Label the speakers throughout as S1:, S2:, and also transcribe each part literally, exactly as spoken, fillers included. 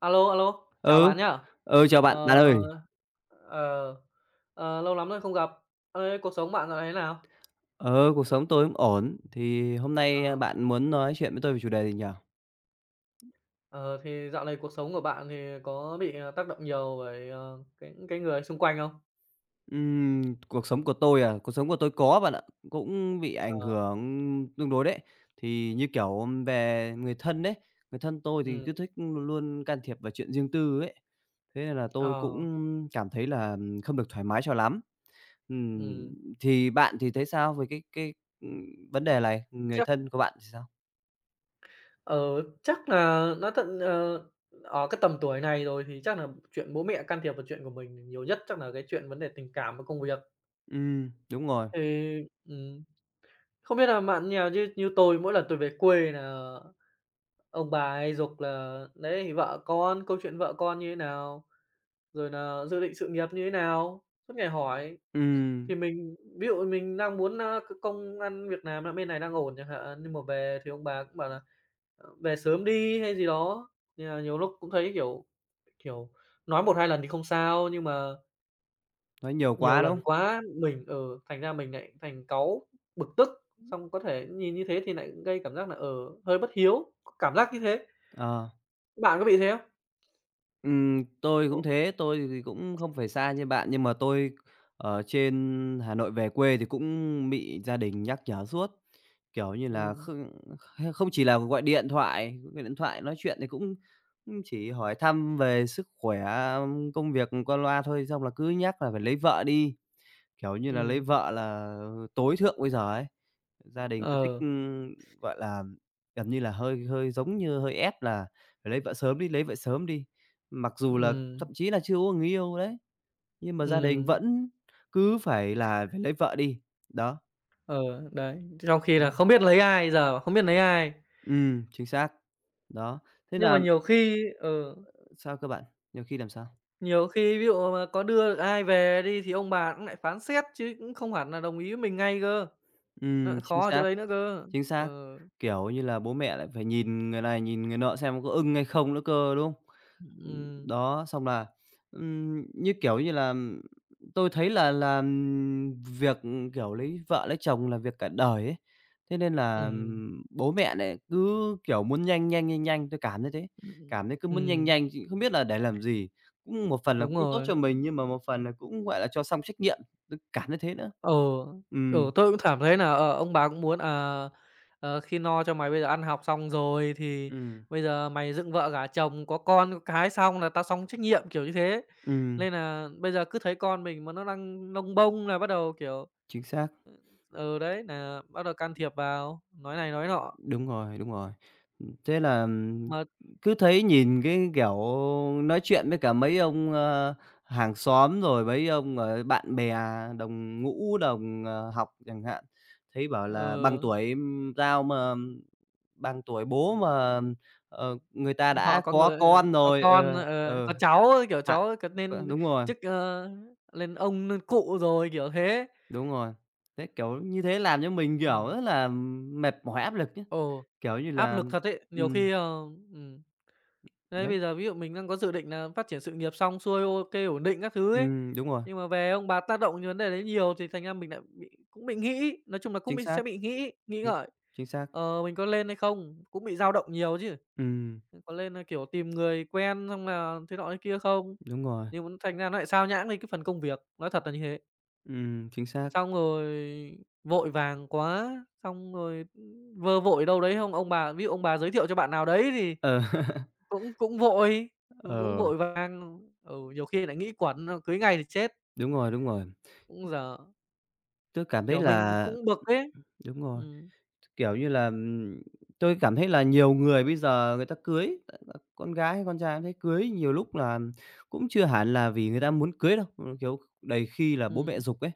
S1: Alo, alo, chào
S2: Ừ,
S1: bạn nhá.
S2: ừ, chào bạn, bạn ơi.
S1: Ờ, ờ, ờ, Lâu lắm rồi không gặp. Ơi, cuộc sống bạn dạo này thế nào?
S2: Ờ, Cuộc sống tôi cũng ổn. Thì hôm nay, a,
S1: Ờ,
S2: bạn muốn nói chuyện với tôi về chủ đề gì nhỉ?
S1: ờ, thì dạo này cuộc sống của bạn thì có bị, ờ, tác động nhiều bởi, ờ, cái cái người xung quanh không?
S2: Ừm, Cuộc sống của tôi à? Cuộc sống của tôi có bạn
S1: Ừm,
S2: ạ, cũng bị ảnh
S1: ờ,
S2: hưởng tương đối đấy. Thì như, kiểu, về người thân đấy người thân tôi thì
S1: ừm,
S2: cứ thích luôn can thiệp vào chuyện riêng tư ấy, thế nên là tôi
S1: ờ,
S2: cũng cảm thấy là không được thoải mái cho lắm. Ừm,
S1: ừm.
S2: thì bạn thì thấy sao về cái cái, ừm, vấn đề này? Người
S1: Chắc
S2: thân của bạn thì sao?
S1: ờ, chắc là nó tận ờ, ở cái tầm tuổi này rồi thì chắc là chuyện bố mẹ can thiệp vào chuyện của mình nhiều nhất, chắc là cái chuyện vấn đề tình cảm và công việc.
S2: Ừm, đúng rồi.
S1: Thì, ừm, không biết là bạn như nào chứ như tôi mỗi lần tôi về quê là ông bà hay giục là đấy, thì vợ con, câu chuyện vợ con như thế nào, rồi là dự định sự nghiệp như thế nào, suốt ngày hỏi.
S2: Ừ.
S1: Thì mình ví dụ mình đang muốn, a, c công ăn việc làm ở bên này đang ổn chẳng hạn, nhưng mà về thì ông bà cũng bảo là "Ờ, về sớm đi" hay gì đó. Nên là nhiều lúc cũng thấy, kiểu, kiểu, nói một hai lần thì không sao, nhưng mà
S2: Nói nhiều
S1: nhiều
S2: quá, đúng
S1: lần
S2: không?
S1: quá mình ở ừ, thành ra mình lại thành cáu, bực tức, xong có thể nhìn như thế thì lại gây cảm giác là ở hơi bất hiếu, cảm giác như thế.
S2: Ờ,
S1: Bạn có bị thế không?
S2: ừm, tôi cũng thế, tôi thì cũng không phải xa như bạn, nhưng mà tôi ở trên Hà Nội về quê thì cũng bị gia đình nhắc nhở suốt. Kiểu như là,
S1: Ừm,
S2: không không chỉ là gọi điện thoại gọi điện thoại nói chuyện thì cũng cũng chỉ hỏi thăm về sức khỏe, công việc qua loa thôi, xong là cứ nhắc là phải lấy vợ đi, kiểu như là, lấy
S1: ừm,
S2: vợ là tối thượng bây giờ ấy. Gia đình cứ thích,
S1: ờ,
S2: ưm, gọi là, gần như là hơi hơi giống như hơi ép là "Phải lấy vợ sớm đi, lấy vợ sớm đi." Mặc dù là thậm
S1: ừm,
S2: chí là chưa có người yêu đấy, nhưng mà gia đình
S1: ừm,
S2: vẫn cứ phải là "Phải lấy vợ đi." Đó.
S1: ờ, đấy, trong khi là
S2: Ừm.
S1: không biết lấy ai, giờ không biết lấy ai.
S2: Ừm, chính xác. Đó, thế
S1: Nhưng
S2: là
S1: mà nhiều khi ừ,
S2: sao cơ bạn? Nhiều khi làm sao?
S1: nhiều khi ví dụ mà có đưa được ai về đi thì ông bà cũng lại phán xét chứ cũng không hẳn là đồng ý với mình ngay cơ. Nó
S2: Ừm,
S1: lại
S2: chính
S1: khó ở chỗ
S2: xác,
S1: đấy nữa cơ.
S2: chính xác.
S1: Ờ,
S2: Kiểu như là, bố mẹ lại phải nhìn người này, nhìn người nọ xem có ưng hay không nữa cơ, đúng không? Ừm,
S1: ừm,
S2: đó, xong là, ừm, như kiểu như là, tôi thấy là là việc, kiểu, lấy vợ lấy chồng là việc cả đời ấy, thế nên là,
S1: ừm,
S2: ừm, bố mẹ nại cứ, kiểu, muốn nhanh, nhanh, nhanh, nhanh, tôi cảm thấy thế, cảm
S1: ừm,
S2: thấy cứ muốn nhanh
S1: ừm,
S2: nhanh chứ không biết là để làm gì. Cũng một phần là
S1: đúng
S2: cũng tốt
S1: rồi.
S2: cho mình nhưng mà một phần là cũng, gọi là, cho xong trách nhiệm, tôi cảm thấy thế nữa.
S1: Ừ,
S2: Ừm.
S1: ừ, tôi cũng cảm thấy là ờ, ông bà cũng muốn, à, ờ, "Khi no cho mày bây giờ ăn học xong rồi thì
S2: Ừm.
S1: bây giờ mày dựng vợ gả chồng, có con có cái xong là tao xong trách nhiệm", kiểu như thế.
S2: Ừm,
S1: Nên là bây giờ cứ thấy con mình mà nó đang lông bông là bắt đầu, kiểu,
S2: chính xác,
S1: ừ, ừ, đấy, là bắt đầu can thiệp vào, nói này nói nọ.
S2: đúng rồi, đúng rồi. Thế là, ừm,
S1: Mà
S2: cứ thấy nhìn cái, kiểu, nói chuyện với cả mấy ông, ơ, hàng xóm rồi mấy ông, ờ, bạn bè đồng ngũ, đồng, ờ, học chẳng hạn, thấy bảo là bằng
S1: ừ,
S2: tuổi, ưm, tao mà ừm, bằng tuổi bố mà, ờ, người ta đã
S1: họ có
S2: có
S1: người ờ,
S2: con
S1: có
S2: rồi,
S1: con,
S2: ờ,
S1: ờ,
S2: ờ,
S1: có cháu, ấy, kiểu,
S2: hạ
S1: cháu c
S2: ờ,
S1: nên
S2: Đúng rồi,
S1: chức, ơ, lên ông, lên cụ rồi, kiểu thế.
S2: đúng rồi. Thế, kiểu, như thế làm cho mình, kiểu,
S1: Ừm.
S2: rất là mệt mỏi, áp lực chứ,
S1: Ồ,
S2: kiểu như
S1: áp
S2: là
S1: lực thật ấy, nhiều
S2: ừm,
S1: khi, ờ ừm. Đấy,
S2: đấy,
S1: bây giờ ví dụ mình đang có dự định là phát triển sự nghiệp xong xuôi, OK, ổn định các thứ ấy,
S2: ừm, đúng rồi,
S1: nhưng mà về ông bà tác động cái vấn đề đấy nhiều thì thành ra mình lại bị cũng bị nghĩ, nói chung là cũng
S2: chính
S1: bị
S2: xác.
S1: sẽ bị nghĩ nghĩ
S2: Chính
S1: ngợi,
S2: chính xác.
S1: ờ, mình có lên hay không? Cũng bị dao động nhiều chứ,
S2: Ừm,
S1: có lên, là kiểu, tìm người quen xong là thế nọ thế kia không?
S2: đúng rồi,
S1: Nhưng mà thành ra nó lại sao nhãng đi cái phần công việc, nói thật là như thế.
S2: ừm, chính xác.
S1: Xong rồi vội vàng quá, xong rồi, ừ, vơ vội đâu đấy không, ông bà ví dụ ông bà giới thiệu cho bạn nào đấy thì
S2: Ờ,
S1: cũng cũng vội, cũng cũng
S2: ờ,
S1: vội vàng, ừ, nhiều khi lại nghĩ quẩn, ờ, cưới ngay thì chết,
S2: đúng rồi, đúng rồi.
S1: cũng dở.
S2: Tôi cảm thấy
S1: Kiểu, mình
S2: là
S1: cũng bực ấy.
S2: đúng rồi,
S1: Ừm,
S2: kiểu như là, ừm, tôi cảm thấy là nhiều người bây giờ người ta cưới, ờ, ờ, con gái hay con trai cũng thế, cưới nhiều lúc là cũng chưa hẳn là vì người ta muốn cưới đâu, ừ, kiểu, đầy khi là bố mẹ
S1: ừm,
S2: giục ấy,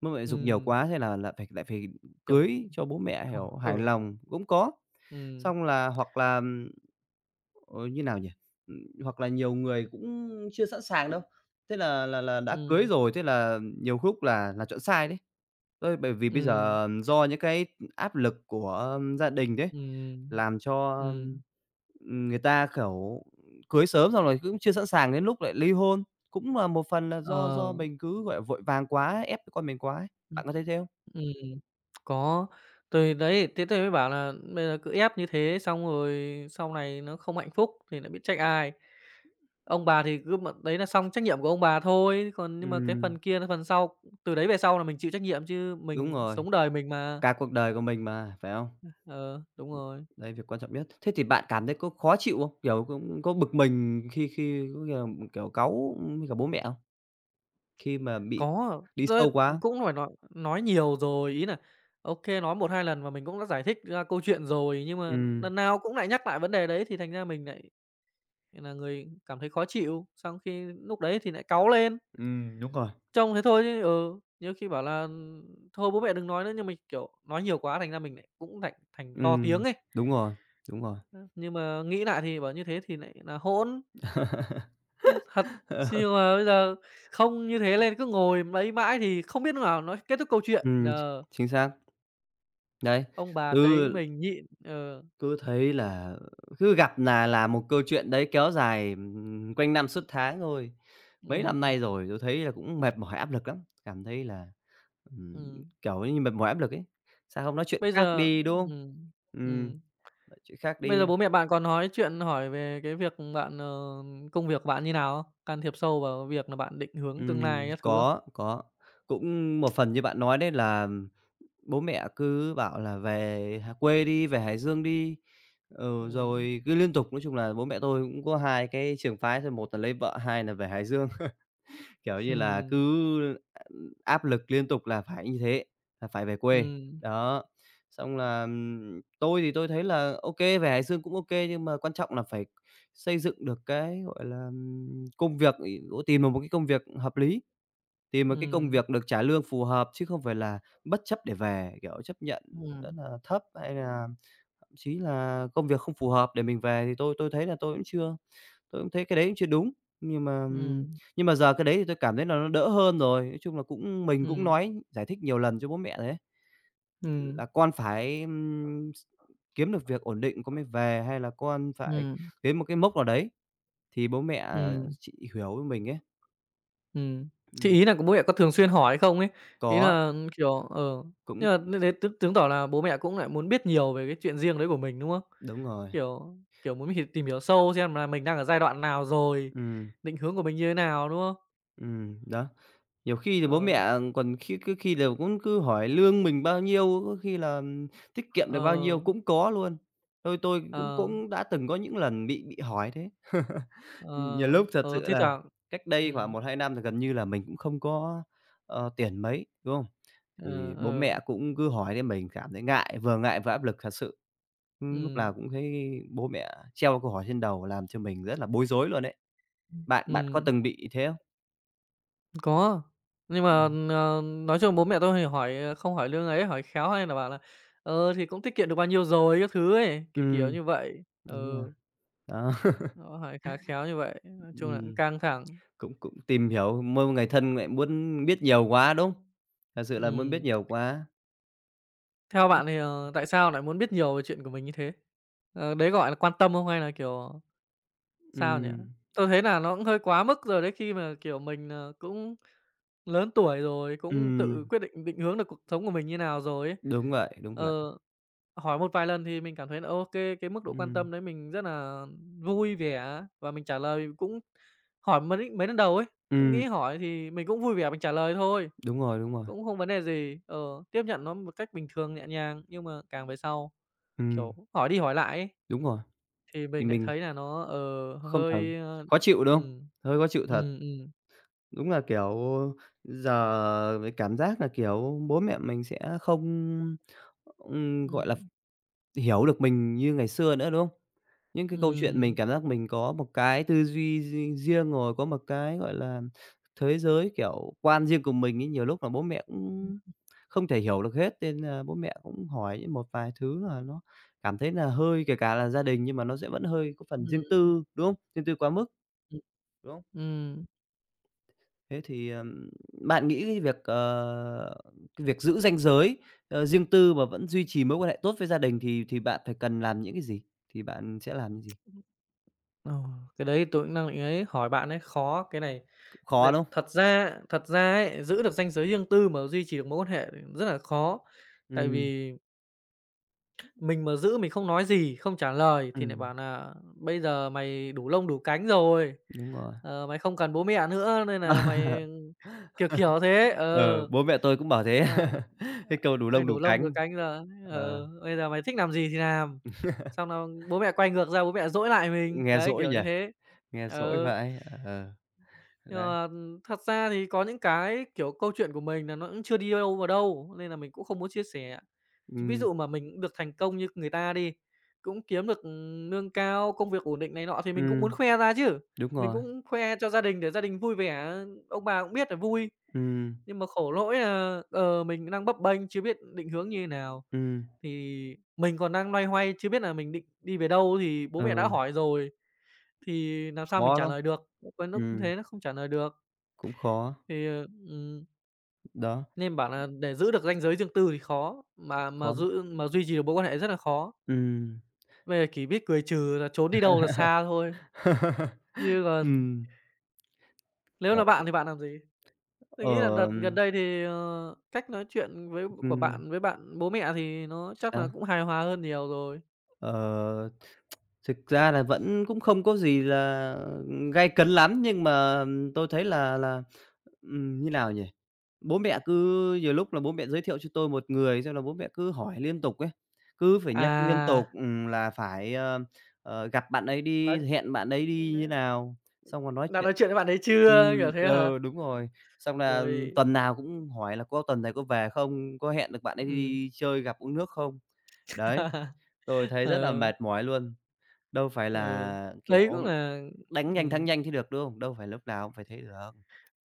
S2: bố mẹ giục nhiều
S1: ừm,
S2: quá thế là là phải lại phải
S1: kiểu,
S2: cưới cho bố mẹ,
S1: ờ,
S2: hiểu, hài
S1: ừ,
S2: lòng cũng có.
S1: ừm,
S2: Xong là hoặc là, ờ, như nào nhỉ? Ừm, hoặc là nhiều người cũng chưa sẵn sàng đâu. Thế là là là đã cưới
S1: ừm,
S2: rồi, thế là nhiều lúc là là chọn sai đấy. Ơi, bởi vì bây
S1: ừm,
S2: giờ do những cái áp lực của gia đình đấy,
S1: ừm,
S2: làm cho,
S1: ừm,
S2: ừm, người ta, kiểu, cưới sớm xong rồi cũng chưa sẵn sàng, đến lúc lại ly hôn. Cũng là một phần là do
S1: ờ.
S2: do mình cứ, gọi là, vội vàng quá, ép con mình quá ấy.
S1: Ừ.
S2: Bạn có thấy thế không?
S1: Ừm, có. Thì đấy, thế tôi mới bảo là bây giờ cứ ép như thế xong rồi sau này nó không hạnh phúc thì lại biết trách ai. Ông bà thì cứ m đấy là xong trách nhiệm của ông bà thôi, còn nhưng mà cái
S2: Ừm,
S1: phần kia là phần sau, từ đấy về sau là mình chịu trách nhiệm chứ
S2: đúng
S1: mình
S2: rồi,
S1: sống đời mình mà.
S2: cả cuộc đời của mình mà, phải không?
S1: Ờ, đúng rồi.
S2: Đấy, việc quan trọng nhất. Thế thì bạn cảm thấy có khó chịu không? Kiểu, có có bực mình khi khi có khi kiểu, cáu với cả bố mẹ không? Khi mà bị
S1: Có,
S2: đi
S1: đấy,
S2: sâu quá.
S1: cũng phải nói nói nhiều rồi, ý nà ok nói một hai lần và mình cũng đã giải thích ra câu chuyện rồi, nhưng mà
S2: Ừm,
S1: lần nào cũng lại nhắc lại vấn đề đấy thì thành ra mình lại thế là người cảm thấy khó chịu, xong khi lúc đấy thì lại cáu lên,
S2: Ừm, đúng rồi.
S1: trông thế thôi chứ, ừ, nhiều khi bảo là ừ, "Thôi bố mẹ đừng nói nữa." Nhưng mình, kiểu, nói nhiều quá thành ra mình lại cũng thành thành to tiếng
S2: Ừm,
S1: ấy.
S2: đúng rồi, đúng rồi.
S1: Ơ, nhưng mà nghĩ lại thì bảo như thế thì lại là hỗn, ơ, thật, chứ nhưng mà bây giờ không như thế lên cứ ngồi lấy mãi thì không biết lúc nào nó kết thúc câu chuyện.
S2: Ừm,
S1: Ờ,
S2: chính xác. Đấy,
S1: ông bà thấy
S2: ừ.
S1: mình nhịn ờ,
S2: Cứ thấy là cứ gặp là là một câu chuyện đấy kéo dài, ừm, quanh năm suốt tháng thôi. Mấy năm
S1: ừm,
S2: nay rồi tôi thấy là cũng mệt mỏi, áp lực lắm, cảm thấy là, ừm,
S1: ừm,
S2: kiểu như, mệt mỏi, áp lực ấy. Sao không nói chuyện
S1: bây
S2: khác
S1: giờ
S2: đi, đúng không?
S1: ừm,
S2: Ừm,
S1: ừm.
S2: nói chuyện khác
S1: Bây giờ
S2: đi.
S1: bố mẹ bạn có nói chuyện hỏi về cái việc bạn, ờ, công việc của bạn như nào không? Can thiệp sâu vào việc là bạn định hướng tương
S2: Ừm,
S1: lai các thứ không?
S2: có, có. Cũng một phần như bạn nói đấy là bố mẹ cứ bảo là "Về Hà quê đi, về Hải Dương đi." Ừ,
S1: Ừm,
S2: rồi cứ liên tục, nói chung là bố mẹ tôi cũng có hai cái trường phái thôi, một là lấy vợ, hai là về Hải Dương. Kiểu như là,
S1: ừm,
S2: cứ, à, áp lực liên tục là phải như thế, là phải về quê.
S1: ừm,
S2: Đó, xong là, ừm, tôi thì tôi thấy là ok về Hải Dương cũng ok nhưng mà quan trọng là phải xây dựng được cái, gọi là, ừm, công việc, ì tìm được một cái công việc hợp lý, tìm một cái công
S1: ừm,
S2: việc được trả lương phù hợp, chứ không phải là bất chấp để về, kiểu, chấp nhận rất
S1: ừm,
S2: là thấp hay là thậm chí là công việc không phù hợp để mình về, thì tôi tôi thấy là tôi cũng chưa. Tôi cũng thấy cái đấy chưa đúng, nhưng mà, ừm,
S1: ừm,
S2: nhưng mà giờ cái đấy thì tôi cảm thấy là nó đỡ hơn rồi. Nói chung là cũng mình cũng
S1: ừm,
S2: nói, giải thích nhiều lần cho bố mẹ đấy
S1: ừm,
S2: là con phải, ừm, s kiếm được việc ổn định con mới về, hay là con phải
S1: ừm,
S2: đến một cái mốc nào đấy thì bố mẹ, ờ,
S1: ừm,
S2: chị hiểu với mình ấy.
S1: ừm. Thế
S2: Ừm,
S1: ý là của bố mẹ có thường xuyên hỏi không ấy? Ý
S2: có,
S1: là kiểu ờ,
S2: cũng
S1: nhưng mà như thế tức chứng tỏ là bố mẹ cũng lại muốn biết nhiều về cái chuyện riêng đấy của mình, đúng không?
S2: đúng rồi,
S1: Kiểu, kiểu, muốn h tìm hiểu sâu xem là mình đang ở giai đoạn nào rồi,
S2: ừm,
S1: định hướng của mình như thế nào, đúng không?
S2: ừm, đó. Nhiều khi thì bố
S1: Ờ.
S2: mẹ còn khi cứ khi đều cũng cứ hỏi lương mình bao nhiêu, có khi là tiết kiệm được bao nhiêu
S1: Ờ,
S2: cũng có luôn. Thôi tôi cũng
S1: ờ,
S2: cũng đã từng có những lần bị bị hỏi thế.
S1: ờ,
S2: Nhiều lúc thật
S1: ờ,
S2: sự
S1: thi
S2: là
S1: thoảng
S2: cách đây khoảng
S1: ừm,
S2: một hai năm thì gần như là mình cũng không có, ờ, tiền mấy, đúng không? Thì
S1: ờ,
S2: bố
S1: ờ,
S2: mẹ cũng cứ hỏi nên mình cảm thấy ngại, vừa ngại vừa áp lực thật sự. Ừm, lúc
S1: ừm,
S2: nào cũng thấy bố mẹ treo câu hỏi trên đầu làm cho mình rất là bối rối luôn đấy. Bạn bạn có
S1: ừm,
S2: từng bị thế không?
S1: có. Nhưng
S2: Ừ.
S1: mà, ờ, nói chung bố mẹ tôi thì hỏi, ờ, không hỏi lương ấy, hỏi khéo hay là bảo là "Ờ, thì cũng tiết kiệm được bao nhiêu rồi?" các thứ ấy, kiểu, kiểu
S2: Ừ,
S1: như vậy.
S2: đúng rồi,
S1: Ừ,
S2: đó.
S1: họ hỏi khá khéo như vậy, nói chung là cũng
S2: Ừm,
S1: căng thẳng.
S2: cũng cũng tìm hiểu mỗi một người thân lại muốn biết nhiều quá, đúng không? Thật sự là muốn biết
S1: Ừm,
S2: nhiều quá.
S1: theo bạn thì, ờ, tại sao lại muốn biết nhiều về chuyện của mình như thế? Ờ, đấy gọi là quan tâm không hay là, kiểu, sao nhỉ?
S2: Ừm,
S1: Tôi thấy là nó cũng hơi quá mức rồi đấy, khi mà, kiểu, mình, ờ, cũng lớn tuổi rồi, cũng tự
S2: ừm,
S1: quyết định định hướng được cuộc sống của mình như nào rồi ấy.
S2: đúng vậy, đúng
S1: Ờ,
S2: vậy.
S1: hỏi một vài lần thì mình cảm thấy là ô cái mức độ quan
S2: Ừm,
S1: tâm đấy mình rất là vui vẻ và mình trả lời cũng hỏi mấy mấy lần đầu ấy, tôi nghĩ
S2: ừm,
S1: hỏi thì mình cũng vui vẻ mình trả lời thôi,
S2: đúng rồi, đúng rồi.
S1: cũng không vấn đề gì. Ờ, tiếp nhận nó một cách bình thường, nhẹ nhàng, nhưng mà càng về sau, kiểu,
S2: Ừm,
S1: hỏi đi hỏi lại ấy,
S2: đúng rồi,
S1: thì
S2: thì
S1: mình lại
S2: mình
S1: thấy là nó, ờ,
S2: không thèm
S1: hơi, ơ
S2: khó chịu, đúng không?
S1: ừm.
S2: Hơi khó chịu thật.
S1: Ừm, ừm.
S2: Đúng là, kiểu, giờ cái cảm giác là, kiểu, bố mẹ mình sẽ không, ừm, gọi là
S1: Ừm.
S2: hiểu được mình như ngày xưa nữa, đúng không? Những cái câu chuyện mình
S1: Ừm,
S2: cảm giác mình có một cái tư duy ri riêng rồi, có một cái, gọi là, thế giới, kiểu, quan riêng của mình ấy, nhiều lúc là bố mẹ cũng không thể hiểu được hết nên là bố mẹ cũng hỏi những một vài thứ là nó cảm thấy là hơi kể cả là gia đình nhưng mà nó sẽ vẫn hơi có phần riêng
S1: ừm,
S2: tư, đúng không? Riêng tư quá mức,
S1: ừm,
S2: đúng không?
S1: ừm.
S2: Thế thì, ờm, bạn nghĩ cái việc, ờ, cái việc giữ ranh giới, ờ, riêng tư mà vẫn duy trì mối quan hệ tốt với gia đình thì thì bạn phải cần làm những cái gì? Thì bạn sẽ làm những gì?
S1: Ờ, cái đấy tôi cũng đang định ấy, hỏi bạn ấy, khó cái này.
S2: Cũng khó,
S1: Đợt
S2: đúng không?
S1: thật ra thật ra ấy, giữ được ranh giới riêng tư mà duy trì được mối quan hệ rất là khó. Tại
S2: Ừm,
S1: vì mình mà giữ mình không nói gì, không trả lời thì lại
S2: ừm,
S1: bảo là "Bây giờ mày đủ lông đủ cánh rồi,
S2: đúng rồi.
S1: ờ, mày không cần bố mẹ nữa nên là mày" kiểu, kiểu thế.
S2: Ờ,
S1: Ờ.
S2: bố mẹ tôi cũng bảo thế.
S1: À,
S2: Cái câu "đủ
S1: "Mày
S2: lông đủ
S1: đủ lông
S2: cánh."
S1: đủ cánh rồi,
S2: Ờ,
S1: ờ, bây giờ mày thích làm gì thì làm." Xong là bố mẹ quay ngược ra bố mẹ dỗi lại mình,
S2: nghe
S1: đấy,
S2: dỗi
S1: kiểu
S2: nhỉ?
S1: như thế.
S2: Nghe dỗi
S1: Ờ.
S2: vậy ờ,
S1: Nhưng
S2: đấy.
S1: mà thật ra thì có những cái, kiểu, câu chuyện của mình là nó cũng chưa đi đâu vào đâu, nên là mình cũng không muốn chia sẻ. Chứ ví
S2: Ừm,
S1: dụ mà mình cũng được thành công như người ta đi, cũng kiếm được, lương cao, công việc ổn định này nọ thì mình cũng muốn
S2: ừm,
S1: khoe ra chứ.
S2: đúng
S1: Mình
S2: rồi.
S1: cũng khoe cho gia đình để gia đình vui vẻ, ông bà cũng biết là vui.
S2: Ừm,
S1: Nhưng mà khổ lỗi là, ờ, mình đang bấp bênh chưa biết định hướng như thế nào,
S2: ừm,
S1: thì mình còn đang loay hoay chưa biết là mình định đi về đâu thì bố mẹ đã
S2: ừ,
S1: hỏi rồi, thì làm sao mình
S2: khó
S1: trả
S2: lắm,
S1: lời được, lúc lúc
S2: ừm,
S1: thế nó không trả lời được.
S2: cũng khó,
S1: Thì, ờ, ừm,
S2: đó,
S1: nên bảo là để giữ được ranh giới riêng tư thì khó, mà mà
S2: khó lắm.
S1: giữ mà duy trì được mối quan hệ rất là khó. Bây giờ chỉ biết cười trừ là trốn đi đâu là xa thôi, chứ còn
S2: Ừm.
S1: nếu là
S2: Kiểu
S1: bạn thì bạn làm gì? Tôi
S2: Ờ,
S1: nghĩ là đợt gần đây thì, ờ, cách nói chuyện với của
S2: ừm,
S1: bạn với bạn bố mẹ thì nó chắc là
S2: sao?
S1: cũng hài hòa hơn nhiều rồi.
S2: Ờ, thực ra là vẫn cũng không có gì là gay cấn lắm, nhưng mà tôi thấy là là, ừm, như nào nhỉ? Bố mẹ cứ Nhiều lúc là bố mẹ giới thiệu cho tôi một người, xong là bố mẹ cứ hỏi liên tục ấy, cứ phải nhắc liên
S1: À,
S2: tục, ừm, là phải, ờ, ờ, gặp bạn ấy đi,
S1: nói
S2: hẹn bạn ấy đi như nào, xong rồi nói
S1: đã
S2: chuyện
S1: nói chuyện với bạn ấy chưa?
S2: ừm,
S1: Kiểu thế hả?
S2: ừ, đúng rồi. Xong là, ừ,
S1: Ôi,
S2: tuần nào cũng hỏi là "Có tuần này có về không? Có hẹn được bạn ấy
S1: ừm,
S2: đi chơi gặp uống nước không?" Đấy, tôi thấy rất là
S1: ừ,
S2: mệt mỏi luôn. Đâu phải
S1: ừ,
S2: là, kiểu,
S1: đấy cũng là
S2: đánh nhanh thắng
S1: ừm.
S2: nhanh thế được, đúng không? Đâu phải lúc nào cũng phải thế được.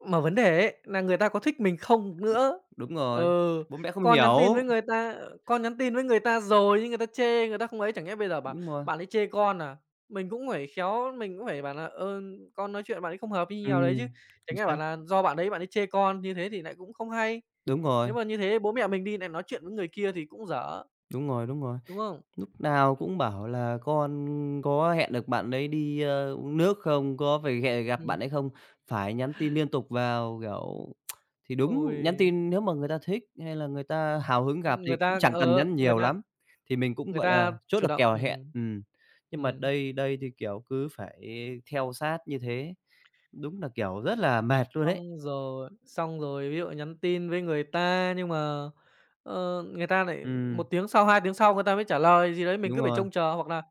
S1: Mà vấn đề ấy nà người ta có thích mình không nữa.
S2: Đúng rồi,
S1: Ừ,
S2: bố mẹ không
S1: con nhắn tin
S2: hiểu,
S1: với người ta con nhắn tin với người ta rồi nhưng người ta chê, người ta không ấy, chẳng nhẽ bây giờ bảo
S2: đúng rồi.
S1: "Bạn ấy chê con à?" Mình cũng phải khéo, mình cũng phải bảo nà "Ờ, con nói chuyện bạn ấy không hợp" như nào đấy chứ.
S2: Ừm, chính
S1: Chẳng nhẽ bảo
S2: xác.
S1: là do bạn đấy bạn ấy chê con, như thế thì lại cũng không hay.
S2: Đúng
S1: Nếu
S2: rồi,
S1: mà như thế bố mẹ mình đi lại nói chuyện với người kia thì cũng dở,
S2: đúng rồi, đúng rồi.
S1: đúng không?
S2: Lúc nào cũng bảo là "Con có hẹn được bạn đấy đi, ơ, uống nước không? Có phải hẹn gặp
S1: Ừm,
S2: bạn ấy không?" Phải nhắn tin liên tục vào, kiểu thì đúng, nhắn
S1: ôi,
S2: tin nếu mà người ta thích hay là người ta hào hứng gặp
S1: người
S2: thì cũng
S1: ta
S2: chẳng cần
S1: ờ,
S2: nhắn
S1: người
S2: nhiều
S1: ta
S2: lắm, thì mình cũng,
S1: người
S2: gọi là,
S1: ta
S2: chốt
S1: chủ
S2: được
S1: động,
S2: kèo hẹn,
S1: ừm.
S2: ừm. Nhưng mà
S1: Ừm.
S2: đây đây thì, kiểu, cứ phải theo sát như thế, đúng là, kiểu, rất là mệt luôn ấy.
S1: Xong rồi xong rồi ví dụ nhắn tin với người ta nhưng mà, ờ, người ta lại một
S2: Ừm,
S1: tiếng sau, hai tiếng sau người ta mới trả lời gì đấy, mình
S2: đúng
S1: cứ phải
S2: rồi,
S1: trông chờ hoặc là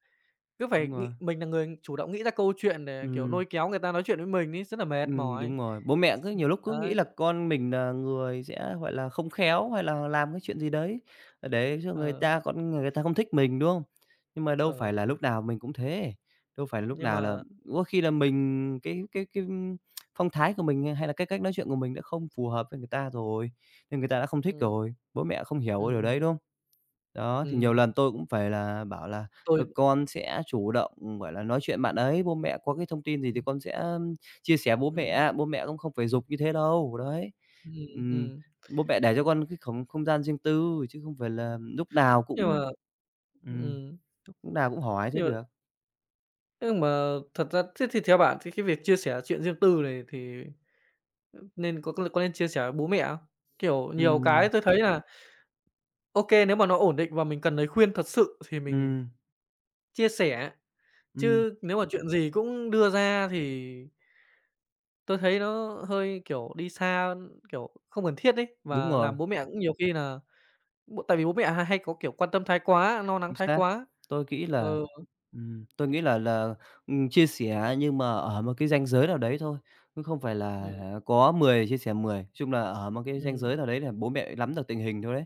S1: cứ phải
S2: đúng rồi,
S1: nghĩ mình là người chủ động nghĩ ra câu chuyện để, kiểu,
S2: ừm.
S1: lôi kéo người ta nói chuyện với mình ấy, rất là mệt
S2: Ừm,
S1: mỏi.
S2: đúng rồi. Bố mẹ cứ nhiều lúc cứ nghĩ
S1: Đấy,
S2: là con mình là người sẽ, gọi là, không khéo hay là làm cái chuyện gì đấy, ờ, để cho người
S1: ờ,
S2: ta con người ta không thích mình, đúng không? Nhưng mà đâu
S1: ờ,
S2: phải là lúc nào mình cũng thế, đâu phải là lúc
S1: nhưng
S2: nào là
S1: mà
S2: có khi là mình cái cái cái, phong thái của mình hay là cái cách nói chuyện của mình đã không phù hợp với người ta rồi, nên người ta đã không thích
S1: ừm,
S2: rồi, bố mẹ không hiểu cái điều
S1: ừm,
S2: đấy, đúng không? Đó, thì nhiều
S1: ừm,
S2: lần tôi cũng phải là bảo là,
S1: tôi
S2: ờ, "Con sẽ chủ động, gọi là, nói chuyện bạn ấy, bố mẹ có cái thông tin gì thì con sẽ, ưm, chia sẻ bố
S1: ừm,
S2: mẹ, bố mẹ cũng không phải giục như thế đâu." Đấy,
S1: ừm,
S2: ừm,
S1: ừm,
S2: bố mẹ để cho con cái không không gian riêng tư chứ không phải là lúc nào
S1: nhưng
S2: cũng
S1: mà
S2: ừm,
S1: ừm,
S2: lúc nào cũng hỏi thế
S1: nhưng
S2: được.
S1: nhưng mà thật ra thế thì theo bạn thì cái việc chia sẻ chuyện riêng tư này thì, ừ, nên có có nên chia sẻ với bố mẹ không? Kiểu, nhiều
S2: Ừm,
S1: cái tôi thấy là ok nếu mà nó ổn định và mình cần lời khuyên thật sự thì mình
S2: ừm,
S1: chia sẻ,
S2: ừm,
S1: chứ nếu mà chuyện gì cũng đưa ra thì tôi thấy nó hơi, kiểu, đi xa, kiểu, không cần thiết đấy,
S2: đúng
S1: và
S2: rồi.
S1: làm bố mẹ cũng nhiều khi là bố tại vì bố mẹ hay hay có, kiểu, quan tâm thái quá, lo lắng
S2: Chính
S1: thái
S2: xác.
S1: quá.
S2: Tôi nghĩ
S1: Ờ,
S2: là ừm, tôi nghĩ là là, ừm, chia sẻ nhưng mà ở một cái ranh giới nào đấy thôi, chứ không phải
S1: ừ,
S2: là
S1: ừm,
S2: có mười chia sẻ mười, chung là ở một cái ranh
S1: ừm,
S2: giới nào đấy là bố mẹ nắm được tình hình thôi đấy.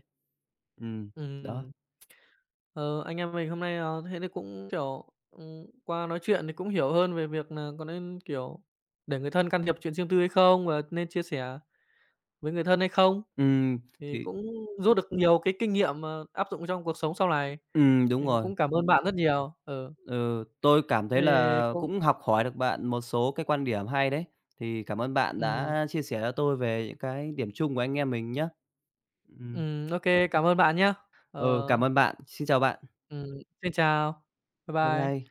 S2: Ừm, đó.
S1: ừm. Ờ, anh em mình hôm nay, ờ, thế thì cũng, kiểu, ừm, qua nói chuyện thì cũng hiểu hơn về việc là có nên, kiểu, để người thân can thiệp chuyện riêng tư hay không và nên chia sẻ với người thân hay không,
S2: Ừm,
S1: thì
S2: thì
S1: cũng rút được nhiều cái kinh nghiệm mà áp dụng trong cuộc sống sau này.
S2: ừm, đúng
S1: Mình
S2: rồi.
S1: cũng cảm ơn bạn rất nhiều. Ừ,
S2: Ừ, tôi cảm
S1: thế
S2: thấy
S1: thì
S2: là
S1: cũng
S2: cũng học hỏi được bạn một số cái quan điểm hay đấy. Thì cảm ơn bạn
S1: ừm,
S2: đã chia sẻ cho tôi về những cái điểm chung của anh em mình nhá. Ừm,
S1: ừm, ô cảm ơn bạn nhé.
S2: ừ,
S1: Ờ,
S2: cảm ơn bạn. Xin chào bạn.
S1: ừm, xin chào. Bye
S2: Bye bye.
S1: bye.